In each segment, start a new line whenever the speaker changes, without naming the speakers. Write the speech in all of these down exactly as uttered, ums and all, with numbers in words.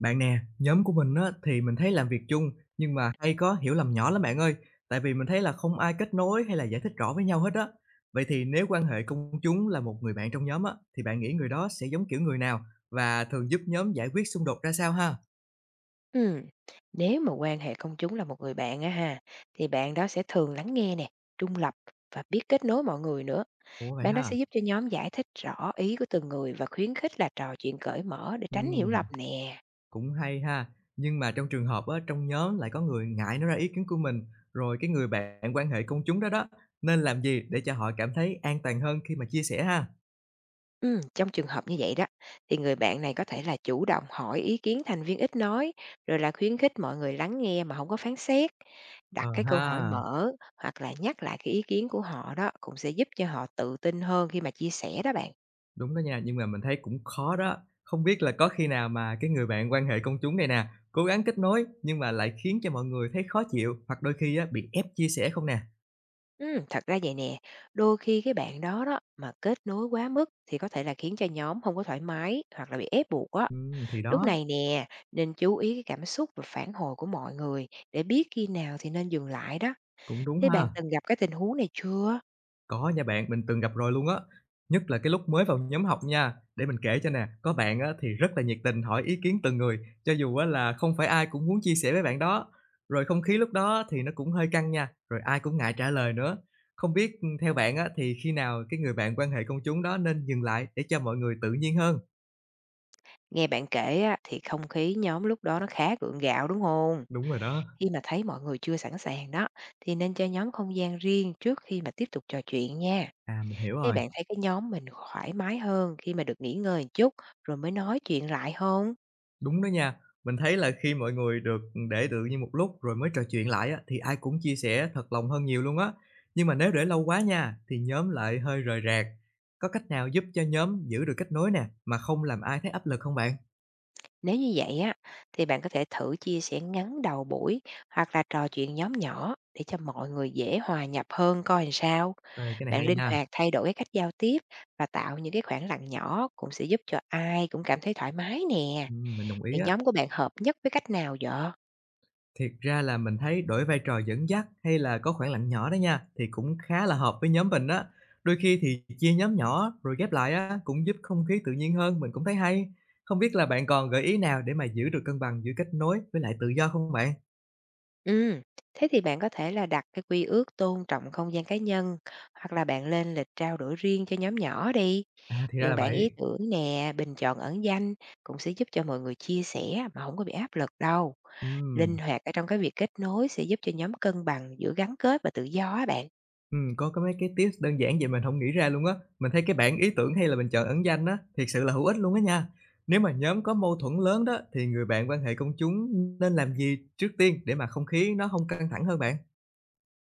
Bạn nè, nhóm của mình á, thì mình thấy làm việc chung nhưng mà hay có hiểu lầm nhỏ lắm bạn ơi. Tại vì mình thấy là không ai kết nối hay là giải thích rõ với nhau hết á. Vậy thì nếu quan hệ công chúng là một người bạn trong nhóm á, thì bạn nghĩ người đó sẽ giống kiểu người nào và thường giúp nhóm giải quyết xung đột ra sao ha?
Ừ, nếu mà quan hệ công chúng là một người bạn á ha, thì bạn đó sẽ thường lắng nghe nè, trung lập và biết kết nối mọi người nữa.
Ủa vậy
Bạn đó
ha?
sẽ giúp cho nhóm giải thích rõ ý của từng người và khuyến khích là trò chuyện cởi mở để tránh hiểu lầm
Ừm,
nè.
cũng hay ha. Nhưng mà trong trường hợp á, trong nhóm lại có người ngại nói ra ý kiến của mình rồi cái người bạn quan hệ công chúng đó đó nên làm gì để cho họ cảm thấy an toàn hơn khi mà chia sẻ ha?
Ừ, trong trường hợp như vậy đó, thì người bạn này có thể là chủ động hỏi ý kiến thành viên ít nói, rồi là khuyến khích mọi người lắng nghe mà không có phán xét. Đặt
Ờ
cái câu
ha.
hỏi mở hoặc là nhắc lại cái ý kiến của họ đó cũng sẽ giúp cho họ tự tin hơn khi mà chia sẻ đó bạn.
Đúng đó nha, nhưng mà mình thấy cũng khó đó. Không biết là có khi nào mà cái người bạn quan hệ công chúng này nè, cố gắng kết nối nhưng mà lại khiến cho mọi người thấy khó chịu, hoặc đôi khi á, bị ép chia sẻ không nè?
Ừm, thật ra vậy nè, đôi khi cái bạn đó đó mà kết nối quá mức thì có thể là khiến cho nhóm không có thoải mái hoặc là bị ép buộc á.
Ừm, thì
Lúc
đó,
này nè, nên chú ý cái cảm xúc và phản hồi của mọi người để biết khi nào thì nên dừng lại đó.
cũng đúng
Thế bạn
ha.
từng gặp cái tình huống này chưa?
Có nha bạn, mình từng gặp rồi luôn á, nhất là cái lúc mới vào nhóm học nha. Để mình kể cho nè, có bạn á thì rất là nhiệt tình hỏi ý kiến từng người, cho dù á là không phải ai cũng muốn chia sẻ với bạn đó. Rồi không khí lúc đó thì nó cũng hơi căng nha, rồi ai cũng ngại trả lời nữa. Không biết, ừm, theo bạn á thì khi nào cái người bạn quan hệ công chúng đó nên dừng lại để cho mọi người tự nhiên hơn?
Nghe bạn kể á, thì không khí nhóm lúc đó nó khá gượng gạo, đúng không?
Đúng rồi đó.
Khi mà thấy mọi người chưa sẵn sàng đó, thì nên cho nhóm không gian riêng trước khi mà tiếp tục trò chuyện nha.
À, mình hiểu
Thế
rồi.
bạn thấy cái nhóm mình thoải mái hơn khi mà được nghỉ ngơi một chút rồi mới nói chuyện lại hông?
Đúng đó nha. Mình thấy là khi mọi người được ừ, để tự nhiên một lúc rồi mới trò chuyện lại á, thì ai cũng chia sẻ thật lòng hơn nhiều luôn á. Nhưng mà nếu để lâu quá nha, thì nhóm lại hơi rời rạc. Có cách nào giúp cho nhóm giữ được kết nối nè, mà không làm ai thấy áp lực không bạn?
Nếu như vậy á, thì bạn có thể thử chia sẻ ngắn đầu buổi hoặc là trò chuyện nhóm nhỏ để cho mọi người dễ hòa nhập hơn coi làm sao.
Ê, cái này
Bạn
hay
linh
nha.
hoạt thay đổi cái cách giao tiếp và tạo những cái khoảng lặng nhỏ cũng sẽ giúp cho ai cũng cảm thấy thoải mái nè.
Ừm, mình đồng ý
Vậy
á.
nhóm của bạn hợp nhất với cách nào vậy?
Thiệt ra là mình thấy đổi vai trò dẫn dắt hay là có khoảng lặng nhỏ đó nha, thì cũng khá là hợp với nhóm mình á. Đôi khi thì chia nhóm nhỏ rồi ghép lại á, cũng giúp không khí tự nhiên hơn, mình cũng thấy hay. Không biết là bạn còn gợi ý nào để mà giữ được cân bằng giữa kết nối với lại tự do không bạn?
Ừ, thế thì bạn có thể là đặt cái quy ước tôn trọng không gian cá nhân, hoặc là bạn lên lịch trao đổi riêng cho nhóm nhỏ đi.
À, thì ra
Dùng
là
bạn
vậy.
ý tưởng nè, bình chọn ẩn danh cũng sẽ giúp cho mọi người chia sẻ mà không có bị áp lực đâu. Linh
Ừm,
hoạt ở trong cái việc kết nối sẽ giúp cho nhóm cân bằng giữa gắn kết và tự do á bạn.
ừm, có có mấy cái tips đơn giản vậy mình không nghĩ ra luôn á. Mình thấy cái bảng ý tưởng hay là mình chọn ẩn danh á, thiệt sự là hữu ích luôn á nha. Nếu mà nhóm có mâu thuẫn lớn đó, thì người bạn quan hệ công chúng nên làm gì trước tiên để mà không khí nó không căng thẳng hơn bạn?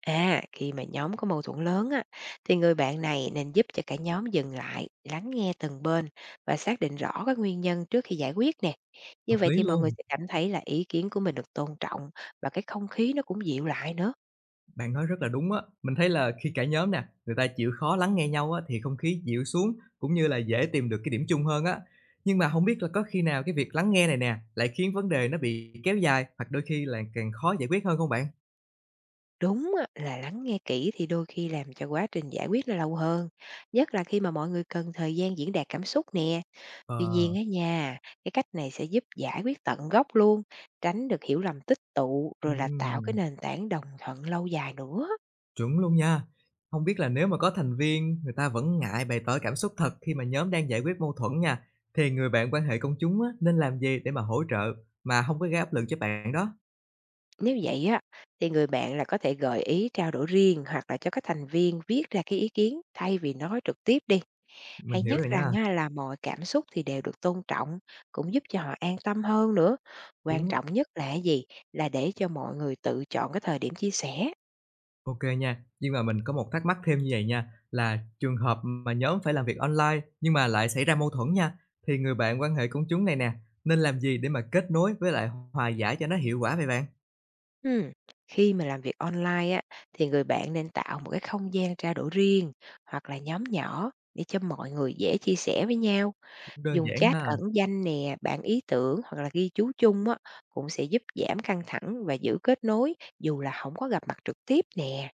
À, khi mà nhóm có mâu thuẫn lớn á, thì người bạn này nên giúp cho cả nhóm dừng lại, lắng nghe từng bên và xác định rõ các nguyên nhân trước khi giải quyết nè. Như
Hợp
vậy
lý
thì mọi người
luôn,
sẽ cảm thấy là ý kiến của mình được tôn trọng và cái không khí nó cũng dịu lại nữa.
bạn nói rất là đúng á. Mình thấy là khi cả nhóm nè, người ta chịu khó lắng nghe nhau á thì không khí dịu xuống cũng như là dễ tìm được cái điểm chung hơn á. Nhưng mà không biết là có khi nào cái việc lắng nghe này nè lại khiến vấn đề nó bị kéo dài hoặc đôi khi là càng khó giải quyết hơn không bạn?
Đúng á, là lắng nghe kỹ thì đôi khi làm cho quá trình giải quyết nó lâu hơn, nhất là khi mà mọi người cần thời gian diễn đạt cảm xúc nè. Tuy
Ờ,
nhiên á nha, cái cách này sẽ giúp giải quyết tận gốc luôn, tránh được hiểu lầm tích tụ rồi là tạo cái
ừm,
nền tảng đồng thuận lâu dài nữa.
chuẩn luôn nha. Không biết là nếu mà có thành viên người ta vẫn ngại bày tỏ cảm xúc thật khi mà nhóm đang giải quyết mâu thuẫn nha, thì người bạn quan hệ công chúng á nên làm gì để mà hỗ trợ mà không có gây áp lực cho bạn đó?
Nếu vậy á, thì người bạn là có thể gợi ý trao đổi riêng hoặc là cho các thành viên viết ra cái ý kiến thay vì nói trực tiếp đi.
Mình
Hãy
hiểu rồi
nhắc rằng
nha,
á, là mọi cảm xúc thì đều được tôn trọng, cũng giúp cho họ an tâm hơn nữa. Quan
đúng.
trọng nhất là cái gì? Là để cho mọi người tự chọn cái thời điểm chia sẻ.
ô kê nha, nhưng mà mình có một thắc mắc thêm như vậy nha, là trường hợp mà nhóm phải làm việc on lai nhưng mà lại xảy ra mâu thuẫn nha, thì người bạn quan hệ công chúng này nè, nên làm gì để mà kết nối với lại hòa giải cho nó hiệu quả vậy bạn?
Ừm, Khi mà làm việc on lai á, thì người bạn nên tạo một cái không gian trao đổi riêng hoặc là nhóm nhỏ để cho mọi người dễ chia sẻ với nhau.
Cũng đơn
Dùng
giản
chat
ha.
ẩn danh nè, bảng ý tưởng hoặc là ghi chú chung á, cũng sẽ giúp giảm căng thẳng và giữ kết nối dù là không có gặp mặt trực tiếp nè.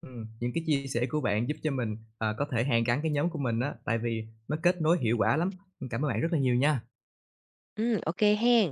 Ừm, những cái chia sẻ của bạn giúp cho mình, ờ, có thể hàn gắn cái nhóm của mình á, tại vì nó kết nối hiệu quả lắm. Cảm ơn bạn rất là nhiều nha.
Ừ, ô kê hen.